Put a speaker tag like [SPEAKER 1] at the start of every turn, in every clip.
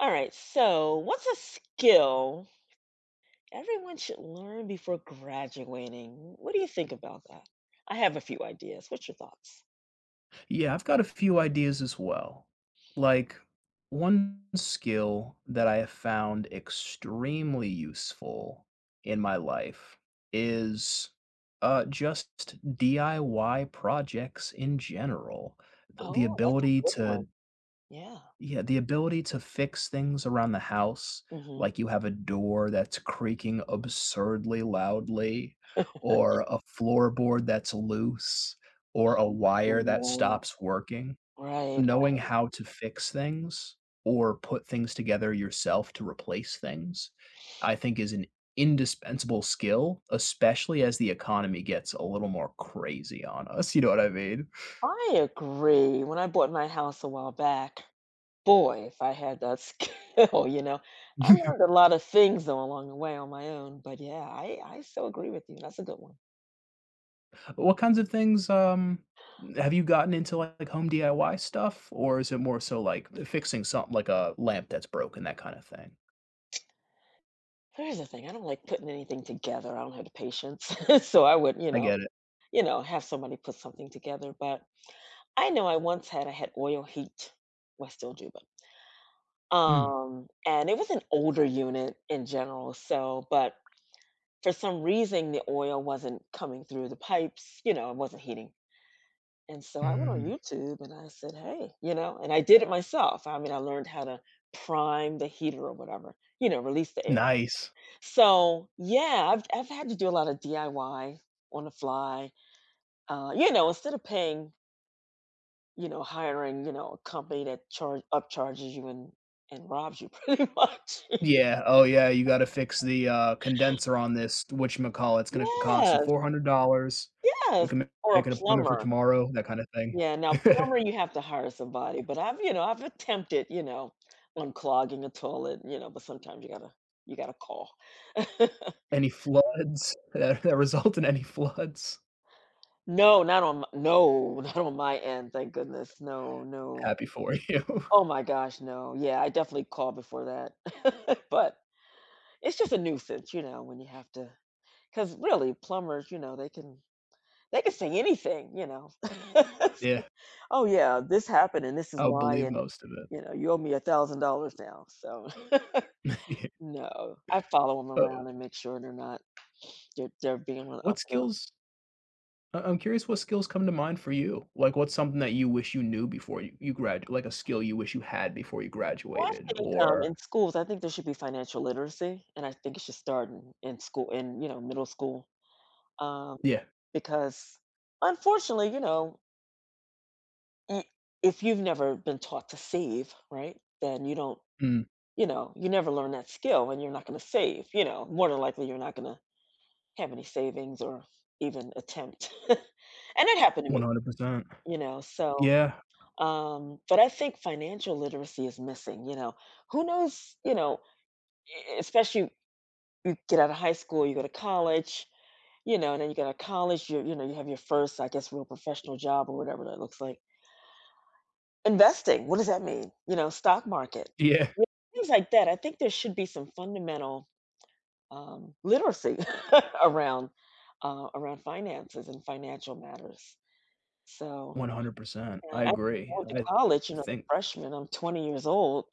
[SPEAKER 1] All right, so what's a skill everyone should learn before graduating? What do you think about that? I have a few ideas. What's your thoughts?
[SPEAKER 2] Yeah, I've got a few ideas as well. Like, one skill that I have found extremely useful in my life is just DIY projects in general. The
[SPEAKER 1] Oh, that's a
[SPEAKER 2] ability
[SPEAKER 1] good one.
[SPEAKER 2] to,
[SPEAKER 1] Yeah.
[SPEAKER 2] yeah, the ability to fix things around the house.
[SPEAKER 1] Mm-hmm.
[SPEAKER 2] Like, you have a door that's creaking absurdly loudly, or a floorboard that's loose, or a
[SPEAKER 1] Oh,
[SPEAKER 2] wire that
[SPEAKER 1] no.
[SPEAKER 2] stops working.
[SPEAKER 1] Right, right.
[SPEAKER 2] Knowing how to fix things or put things together yourself to replace things, I think is an indispensable skill, especially as the economy gets a little more crazy on us, you know what I mean?
[SPEAKER 1] I agree. When I bought my house a while back, boy, if I had that skill, you know, I learned a lot of things though along the way on my own. But yeah, I so agree with you. That's a good one.
[SPEAKER 2] What kinds of things, have you gotten into, like, home DIY stuff, or is it more so, like, fixing something like a lamp that's broken, that kinda thing?
[SPEAKER 1] Here's the thing, I don't like putting anything together, I don't have the patience. So I would,
[SPEAKER 2] I get it.
[SPEAKER 1] have somebody put something together. But I know I once had I had oil heat. Well, I still do, but
[SPEAKER 2] Mm,
[SPEAKER 1] and it was an older unit in general, so. But for some reason, the oil wasn't coming through the pipes, you know, it wasn't heating. And so I went on
[SPEAKER 2] mm,
[SPEAKER 1] YouTube and I said, "Hey," you know, and I did it myself. I mean, I learned how to prime the heater or whatever, you know, release the air.
[SPEAKER 2] nice.
[SPEAKER 1] So yeah, I've had to do a lot of DIY on the fly. You know, instead of paying, you know, hiring, you know, a company that charge upcharges you and robs you pretty much.
[SPEAKER 2] Yeah, oh yeah, you gotta fix the, condenser on this whatchamacallit, it's gonna cost you
[SPEAKER 1] Yes,
[SPEAKER 2] $400, we
[SPEAKER 1] yes,
[SPEAKER 2] can
[SPEAKER 1] or a
[SPEAKER 2] make an appointment for
[SPEAKER 1] plumber.
[SPEAKER 2] tomorrow, that kinda thing.
[SPEAKER 1] Yeah, now plumber you have to hire somebody, but I've, you know, I've attempted, you know, unclogging a toilet, you know, but sometimes you gotta call.
[SPEAKER 2] Any floods that result in any floods,
[SPEAKER 1] No, not on my, no, not on my end, thank goodness. No, no.
[SPEAKER 2] happy for you.
[SPEAKER 1] Oh my gosh, no. Yeah, I definitely called before that. But it's just a nuisance, you know, when you have to. Cause really, plumbers, you know, they can sing anything, you know.
[SPEAKER 2] Yeah,
[SPEAKER 1] "Oh, yeah, this happened and this is
[SPEAKER 2] I would
[SPEAKER 1] why,
[SPEAKER 2] believe
[SPEAKER 1] and,
[SPEAKER 2] most of
[SPEAKER 1] you know, you owe me $1,000 now." So
[SPEAKER 2] it. Yeah.
[SPEAKER 1] no, I follow them
[SPEAKER 2] But
[SPEAKER 1] around and make sure they're not they're being on
[SPEAKER 2] what
[SPEAKER 1] up and up.
[SPEAKER 2] skills I'm curious what skills come to mind for you? Like, what's something that you wish you knew before you grad like a skill you wish you had before you
[SPEAKER 1] Well,
[SPEAKER 2] graduated
[SPEAKER 1] I think,
[SPEAKER 2] or.
[SPEAKER 1] in schools, I think there should be financial literacy, and I think it should start in school in, you know, middle school. Um
[SPEAKER 2] Yeah.
[SPEAKER 1] Because unfortunately, you know, I if you've never been taught to save, right, then you don't,
[SPEAKER 2] Mm,
[SPEAKER 1] you know, you never learn that skill and you're not gonna save. You know, more than likely you're not gonna have any savings or even attempt. And it happened to me,
[SPEAKER 2] 100%.
[SPEAKER 1] you know. So
[SPEAKER 2] Yeah.
[SPEAKER 1] but I think financial literacy is missing, you know. Who knows, you know, e especially you get out of high school, you go to college, you know, and then you go to college, you know, you have your first, I guess, real professional job or whatever that looks like. Investing, what does that mean? You know, stock market,
[SPEAKER 2] Yeah.
[SPEAKER 1] you know, things like that. I think there should be some fundamental literacy around around finances and financial matters. So
[SPEAKER 2] 100%. I
[SPEAKER 1] And I
[SPEAKER 2] agree.
[SPEAKER 1] went to
[SPEAKER 2] I
[SPEAKER 1] college, you know, as
[SPEAKER 2] think
[SPEAKER 1] a freshman. I'm 20 years old.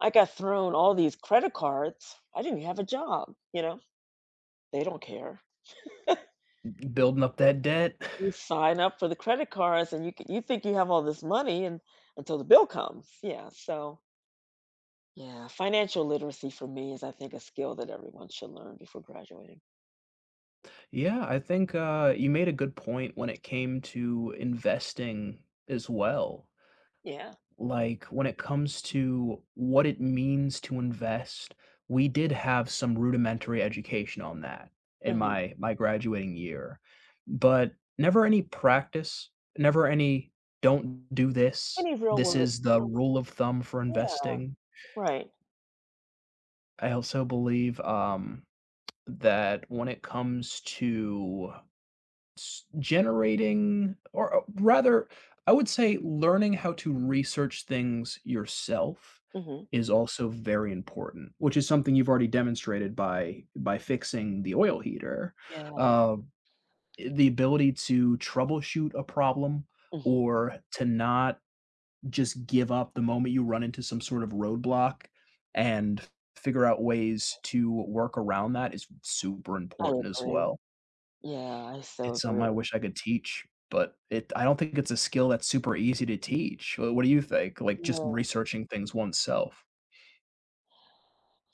[SPEAKER 1] I got thrown all these credit cards. I didn't have a job. You know, they don't care.
[SPEAKER 2] building up that debt,
[SPEAKER 1] You sign up for the credit cards, and you you think you have all this money, and until the bill comes. Yeah. So yeah, financial literacy for me is, I think, a skill that everyone should learn before graduating.
[SPEAKER 2] yeah, I think, you made a good point when it came to investing as well.
[SPEAKER 1] Yeah.
[SPEAKER 2] Like, when it comes to what it means to invest, we did have some rudimentary education on that in
[SPEAKER 1] Mhm.
[SPEAKER 2] my graduating year, but never any practice, never any, "Don't do this.
[SPEAKER 1] Any real
[SPEAKER 2] This
[SPEAKER 1] world
[SPEAKER 2] is the
[SPEAKER 1] experience.
[SPEAKER 2] rule of thumb for
[SPEAKER 1] Yeah.
[SPEAKER 2] investing."
[SPEAKER 1] Right.
[SPEAKER 2] I also believe, that when it comes to generating, or rather, I would say learning how to research things yourself
[SPEAKER 1] Mhm.
[SPEAKER 2] is also very important, which is something you've already demonstrated by fixing the oil heater.
[SPEAKER 1] Yeah.
[SPEAKER 2] Uh, the ability to troubleshoot a problem
[SPEAKER 1] Mhm.
[SPEAKER 2] or to not just give up the moment you run into some sort of roadblock and figure out ways to work around that is super
[SPEAKER 1] I
[SPEAKER 2] important as
[SPEAKER 1] agree.
[SPEAKER 2] well.
[SPEAKER 1] Yeah, I so
[SPEAKER 2] It's something I
[SPEAKER 1] agree.
[SPEAKER 2] wish I could teach, but it I don't think it's a skill that's super easy to teach. What do you think? Like just
[SPEAKER 1] Yeah.
[SPEAKER 2] researching things oneself.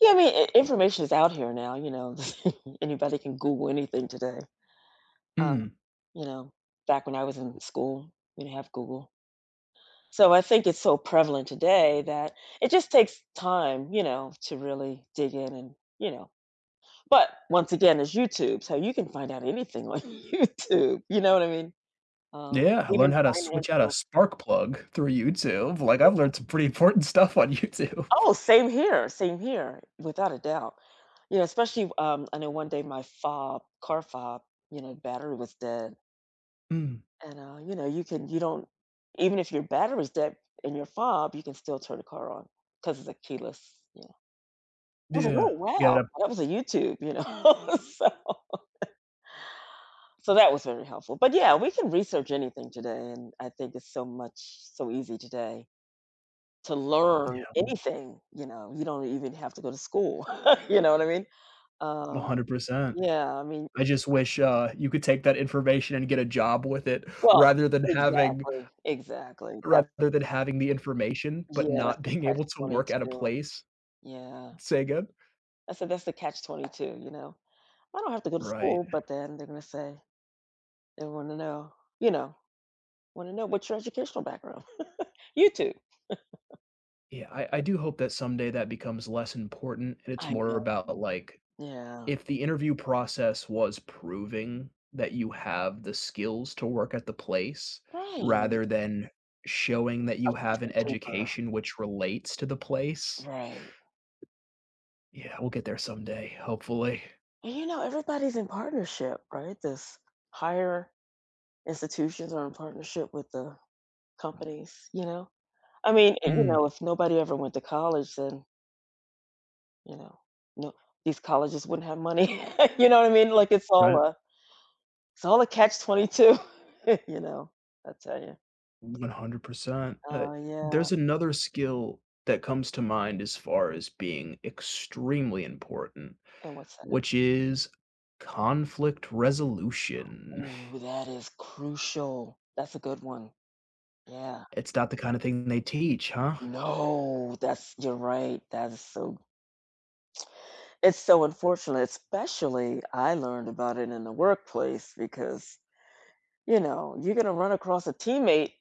[SPEAKER 1] Yeah, I mean, I information is out here now, you know, anybody can Google anything today. Um,
[SPEAKER 2] Mm.
[SPEAKER 1] you know, back when I was in school, we didn't have Google. So I think it's so prevalent today that it just takes time, you know, to really dig in and, you know, but once again, it's YouTube, so you can find out anything on YouTube, you know what I mean? Um,
[SPEAKER 2] Yeah, I
[SPEAKER 1] Even
[SPEAKER 2] learned how to switch out a
[SPEAKER 1] financial—
[SPEAKER 2] spark plug through YouTube. Like I've learned some pretty important stuff on YouTube.
[SPEAKER 1] oh, same here, without a doubt. You know, especially, I know one day my fob, car fob, you know, battery was dead.
[SPEAKER 2] Mm.
[SPEAKER 1] And, you know, you can you don't, even if your battery's dead in your fob, you can still turn the car on because it's a keyless, you know. I was like, "Oh,
[SPEAKER 2] Yeah. You
[SPEAKER 1] wow,
[SPEAKER 2] gotta,
[SPEAKER 1] that was a YouTube," you know? So So that was very helpful. But yeah, we can research anything today, and I think it's so much so easy today to learn
[SPEAKER 2] yeah,
[SPEAKER 1] anything. You know, you don't even have to go to school. You know what I mean? Um,
[SPEAKER 2] 100%.
[SPEAKER 1] yeah, I mean,
[SPEAKER 2] I just wish, you could take that information and get a job with it
[SPEAKER 1] well,
[SPEAKER 2] rather than having
[SPEAKER 1] exactly, exactly. That's—
[SPEAKER 2] rather than having the information, but
[SPEAKER 1] yeah, that's
[SPEAKER 2] not
[SPEAKER 1] the
[SPEAKER 2] being
[SPEAKER 1] catch
[SPEAKER 2] able to
[SPEAKER 1] twenty
[SPEAKER 2] work at a
[SPEAKER 1] two.
[SPEAKER 2] place.
[SPEAKER 1] Yeah,
[SPEAKER 2] Say again?
[SPEAKER 1] I said that's the catch 22. You know, I don't have to go to
[SPEAKER 2] Right.
[SPEAKER 1] school, but then they're gonna say they want to know. You know, want to know what's your educational background? YouTube.
[SPEAKER 2] Yeah, I do hope that someday that becomes less important and it's
[SPEAKER 1] I
[SPEAKER 2] more about,
[SPEAKER 1] know.
[SPEAKER 2] like,
[SPEAKER 1] Yeah.
[SPEAKER 2] if the interview process was proving that you have the skills to work at the place
[SPEAKER 1] Right.
[SPEAKER 2] rather than showing that
[SPEAKER 1] A
[SPEAKER 2] you
[SPEAKER 1] piece
[SPEAKER 2] have an
[SPEAKER 1] of paper,
[SPEAKER 2] education which relates to the place.
[SPEAKER 1] right.
[SPEAKER 2] Yeah, we'll get there someday, hopefully.
[SPEAKER 1] And, you know, everybody's in partnership, right? This higher institutions are in partnership with the companies, you know? I mean, and, you
[SPEAKER 2] Mm.
[SPEAKER 1] know, if nobody ever went to college, then, you know, no, these colleges wouldn't have money. You know what I mean? Like, it's all
[SPEAKER 2] Right.
[SPEAKER 1] a— it's all a catch-22. You know? I tell you.
[SPEAKER 2] 100%.
[SPEAKER 1] Oh, yeah,
[SPEAKER 2] There's another skill that comes to mind as far as being extremely important,
[SPEAKER 1] and what's that?
[SPEAKER 2] which is conflict resolution.
[SPEAKER 1] Ooh, that is crucial. That's a good one. Yeah.
[SPEAKER 2] It's not the kind of thing they teach, huh?
[SPEAKER 1] No, that's— you're right, that is so— it's so unfortunate. Especially I learned about it in the workplace because, you know, you're gonna run across a teammate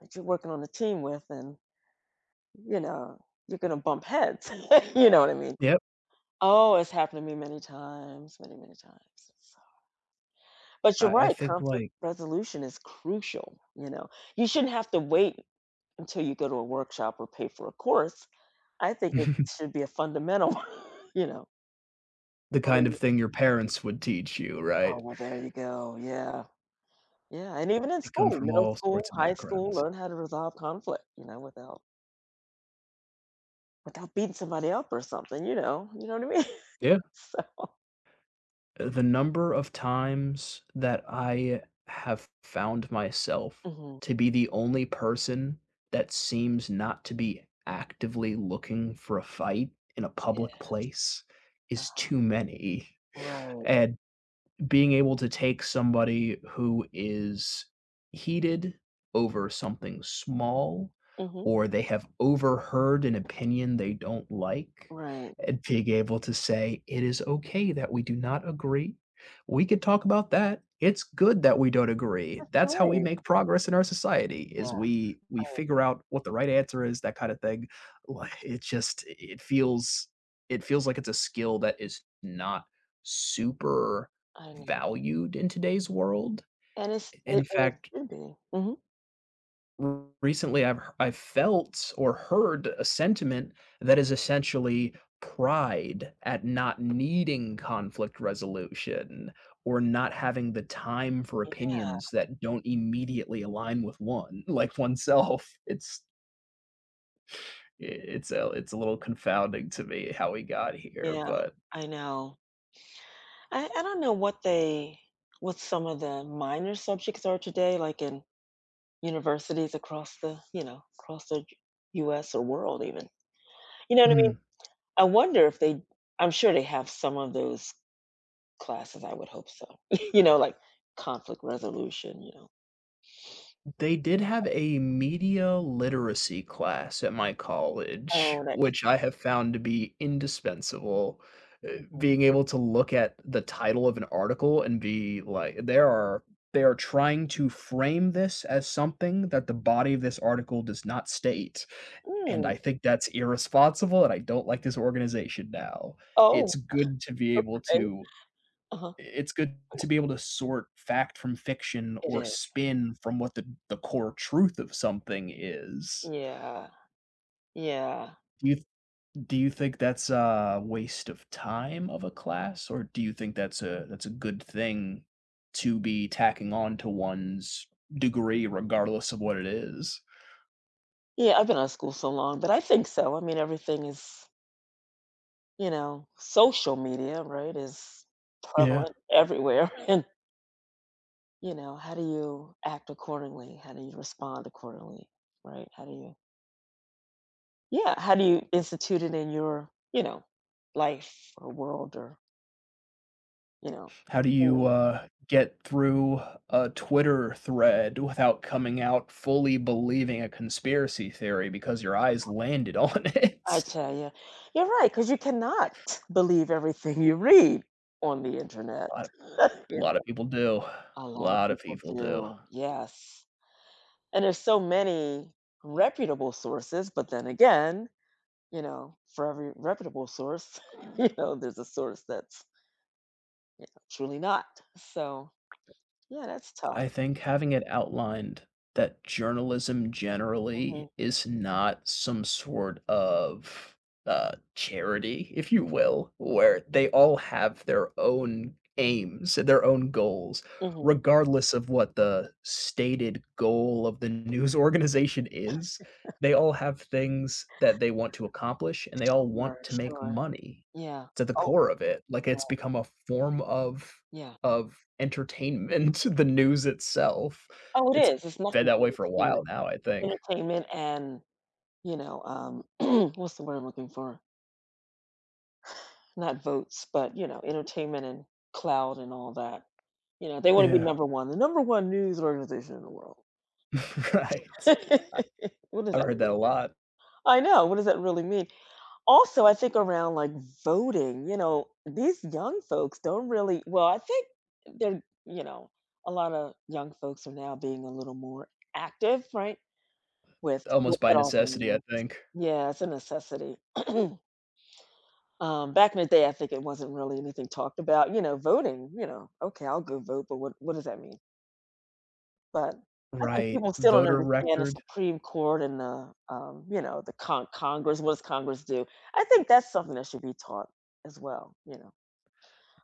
[SPEAKER 1] that you're working on a team with and, you know, you're gonna bump heads. You know what I mean?
[SPEAKER 2] Yep.
[SPEAKER 1] Oh, it's happened to me many times, many, many times. So but you're
[SPEAKER 2] I
[SPEAKER 1] right,
[SPEAKER 2] think,
[SPEAKER 1] conflict
[SPEAKER 2] like,
[SPEAKER 1] resolution is crucial, you know? You shouldn't have to wait until you go to a workshop or pay for a course. I think it
[SPEAKER 2] the
[SPEAKER 1] should be a fundamental. You know? Oh,
[SPEAKER 2] kind of
[SPEAKER 1] you—
[SPEAKER 2] thing your parents would teach you,
[SPEAKER 1] oh,
[SPEAKER 2] right?
[SPEAKER 1] well, there you go, yeah. Yeah, and even in
[SPEAKER 2] They come
[SPEAKER 1] school,
[SPEAKER 2] from
[SPEAKER 1] middle
[SPEAKER 2] all
[SPEAKER 1] school,
[SPEAKER 2] sorts of
[SPEAKER 1] high school,
[SPEAKER 2] backgrounds.
[SPEAKER 1] learn how to resolve conflict, you know, without beating somebody up or something, you know what I mean?
[SPEAKER 2] Yeah.
[SPEAKER 1] So
[SPEAKER 2] The number of times that I have found myself
[SPEAKER 1] mhm.
[SPEAKER 2] to be the only person that seems not to be actively looking for a fight in a public
[SPEAKER 1] Yeah.
[SPEAKER 2] place is
[SPEAKER 1] Uh-huh.
[SPEAKER 2] too many.
[SPEAKER 1] Right.
[SPEAKER 2] And being able to take somebody who is heated over something small
[SPEAKER 1] Mhm.
[SPEAKER 2] or they have overheard an opinion they don't like
[SPEAKER 1] Right.
[SPEAKER 2] and being able to say, "It is okay that we do not agree. We could talk about that. It's good that we don't agree."
[SPEAKER 1] That's
[SPEAKER 2] That's how we
[SPEAKER 1] right.
[SPEAKER 2] make progress in our society is
[SPEAKER 1] Yeah,
[SPEAKER 2] we figure out what the right answer is, that kind of thing. Like, it just it feels like it's a skill that is not super
[SPEAKER 1] I know.
[SPEAKER 2] valued in today's world.
[SPEAKER 1] And it's
[SPEAKER 2] In
[SPEAKER 1] it and it
[SPEAKER 2] fact,
[SPEAKER 1] should be. Mhm.
[SPEAKER 2] recently I've felt or heard a sentiment that is essentially pride at not needing conflict resolution or not having the time for opinions that don't immediately align with one like oneself. It's it's a little confounding to me how we got here,
[SPEAKER 1] Yeah,
[SPEAKER 2] but
[SPEAKER 1] I know. I don't know what they what some of the minor subjects are today, like in universities across the, you know, across the US or world even. You know what I mean? I wonder if they— I'm sure they have some of those classes, I would hope so. You know, like conflict resolution, you know.
[SPEAKER 2] they did have a media literacy class at my college,
[SPEAKER 1] Oh, that makes—
[SPEAKER 2] which I have found to be indispensable. Being able to look at the title of an article and be like, there are they are trying to frame this as something that the body of this article does not state. And I
[SPEAKER 1] mm.
[SPEAKER 2] think that's irresponsible, and I don't like this organization now.
[SPEAKER 1] Oh,
[SPEAKER 2] It's good to be able
[SPEAKER 1] okay.
[SPEAKER 2] to
[SPEAKER 1] Uh-huh.
[SPEAKER 2] it's good to be able to sort fact from fiction
[SPEAKER 1] It
[SPEAKER 2] or
[SPEAKER 1] is.
[SPEAKER 2] spin from what the core truth of something is.
[SPEAKER 1] Yeah. Yeah.
[SPEAKER 2] Do you do you think that's a waste of time of a class, or do you think that's a good thing to be tacking on to one's degree regardless of what it is?
[SPEAKER 1] Yeah, I've been out of school so long, but I think so. I mean, everything is, you know, social media, right, is
[SPEAKER 2] Yeah.
[SPEAKER 1] prevalent everywhere. And, you know, how do you act accordingly? How do you respond accordingly, right? How do you— yeah, how do you institute it in your, you know, life or world or, you know,
[SPEAKER 2] How do you,
[SPEAKER 1] Mm,
[SPEAKER 2] get through a Twitter thread without coming out fully believing a conspiracy theory because your eyes landed on
[SPEAKER 1] I
[SPEAKER 2] it?
[SPEAKER 1] tell you. You're right, right, because you cannot believe everything you read on the
[SPEAKER 2] A
[SPEAKER 1] Internet.
[SPEAKER 2] lot A
[SPEAKER 1] You
[SPEAKER 2] lot of
[SPEAKER 1] know?
[SPEAKER 2] people do. A
[SPEAKER 1] A lot of
[SPEAKER 2] lot of
[SPEAKER 1] people
[SPEAKER 2] people do.
[SPEAKER 1] do, yes, and there's so many reputable sources, but then again, you know, for every reputable source, you know, there's a source that's, you know, truly not. So yeah, that's tough.
[SPEAKER 2] I think having it outlined that journalism generally
[SPEAKER 1] Mhm,
[SPEAKER 2] is not some sort of, charity, if you will, where they all have their own aims and their own goals,
[SPEAKER 1] mhm.
[SPEAKER 2] regardless of what the stated goal of the news organization is. They all have things that they want to accomplish, and they all
[SPEAKER 1] Sure,
[SPEAKER 2] want to make
[SPEAKER 1] sure.
[SPEAKER 2] money
[SPEAKER 1] Yeah.
[SPEAKER 2] to the core of it. Like, it's become a form of
[SPEAKER 1] Yeah.
[SPEAKER 2] entertainment, the news itself.
[SPEAKER 1] Oh, it
[SPEAKER 2] It's
[SPEAKER 1] is. It's
[SPEAKER 2] been
[SPEAKER 1] nothing
[SPEAKER 2] that
[SPEAKER 1] but
[SPEAKER 2] way for a while
[SPEAKER 1] entertainment.
[SPEAKER 2] now, I think.
[SPEAKER 1] Entertainment and, you know, what's the word I'm looking for? Not votes, but, you know, entertainment and cloud and all that. You know, they want to be
[SPEAKER 2] Yeah.
[SPEAKER 1] number one, the number one news organization in the world.
[SPEAKER 2] Right.
[SPEAKER 1] What does
[SPEAKER 2] I've
[SPEAKER 1] that
[SPEAKER 2] heard that a
[SPEAKER 1] really mean?
[SPEAKER 2] lot,
[SPEAKER 1] I know. What does that really mean? Also, I think around like voting, you know, these young folks don't really, well, I think they're, you know, a lot of young folks are now being a little more active, right? With
[SPEAKER 2] almost by
[SPEAKER 1] that all
[SPEAKER 2] necessity, I
[SPEAKER 1] means.
[SPEAKER 2] think.
[SPEAKER 1] Yeah, it's a necessity. Back in the day, I think it wasn't really anything talked about, you know, voting, you know, "Okay, I'll go vote," but what does that mean? But I think
[SPEAKER 2] Right.
[SPEAKER 1] people still don't
[SPEAKER 2] Voter
[SPEAKER 1] understand the
[SPEAKER 2] record.
[SPEAKER 1] Supreme Court and the, you know, the Congress, what does Congress do? I think that's something that should be taught as well, you know?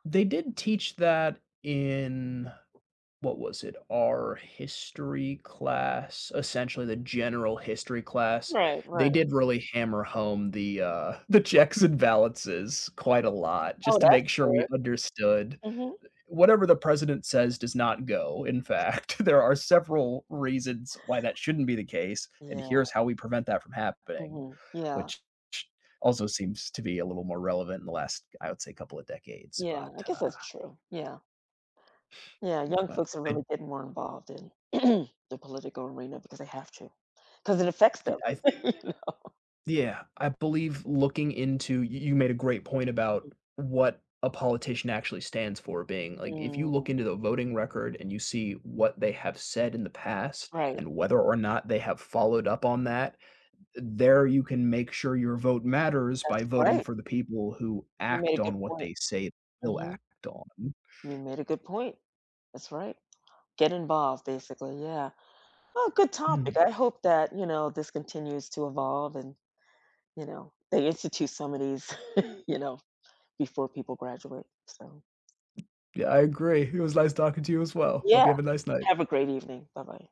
[SPEAKER 2] They did teach that in what was it? Our history class, essentially the general history class.
[SPEAKER 1] Right,
[SPEAKER 2] They
[SPEAKER 1] right.
[SPEAKER 2] did really hammer home the, the checks and balances quite a lot
[SPEAKER 1] Oh,
[SPEAKER 2] just to
[SPEAKER 1] that's
[SPEAKER 2] make sure we
[SPEAKER 1] good.
[SPEAKER 2] understood
[SPEAKER 1] Mhm.
[SPEAKER 2] whatever the president says does not go. In fact, there are several reasons why that shouldn't be the case, and
[SPEAKER 1] Yeah,
[SPEAKER 2] here's how we prevent that from happening,
[SPEAKER 1] mhm. Yeah,
[SPEAKER 2] which also seems to be a little more relevant in the last, I would say, couple of decades.
[SPEAKER 1] yeah, I guess that's true, yeah. Yeah, young
[SPEAKER 2] But
[SPEAKER 1] folks are
[SPEAKER 2] I,
[SPEAKER 1] really getting more involved in the political arena because they have to, because it affects them.
[SPEAKER 2] I
[SPEAKER 1] You know?
[SPEAKER 2] yeah, I believe looking into, you made a great point
[SPEAKER 1] Mhm.
[SPEAKER 2] about what a politician actually stands for, being like, if you
[SPEAKER 1] Mm,
[SPEAKER 2] look into the voting record and you see what they have said in the past
[SPEAKER 1] right,
[SPEAKER 2] and whether or not they have followed up on that, there you can make sure your vote matters
[SPEAKER 1] that's
[SPEAKER 2] by voting
[SPEAKER 1] right.
[SPEAKER 2] for the people who
[SPEAKER 1] You made
[SPEAKER 2] act
[SPEAKER 1] a good
[SPEAKER 2] on what
[SPEAKER 1] point.
[SPEAKER 2] they say they'll act
[SPEAKER 1] Mhm.
[SPEAKER 2] on.
[SPEAKER 1] You made a good point. That's right. Get involved, basically, yeah. Well, good topic.
[SPEAKER 2] Mhm.
[SPEAKER 1] I hope that, you know, this continues to evolve and, you know, they institute some of these, you know, before people graduate. So
[SPEAKER 2] Yeah, I agree. It was nice talking to you as well. Hope
[SPEAKER 1] yeah,
[SPEAKER 2] you have a nice night.
[SPEAKER 1] have a great evening. Bye-bye.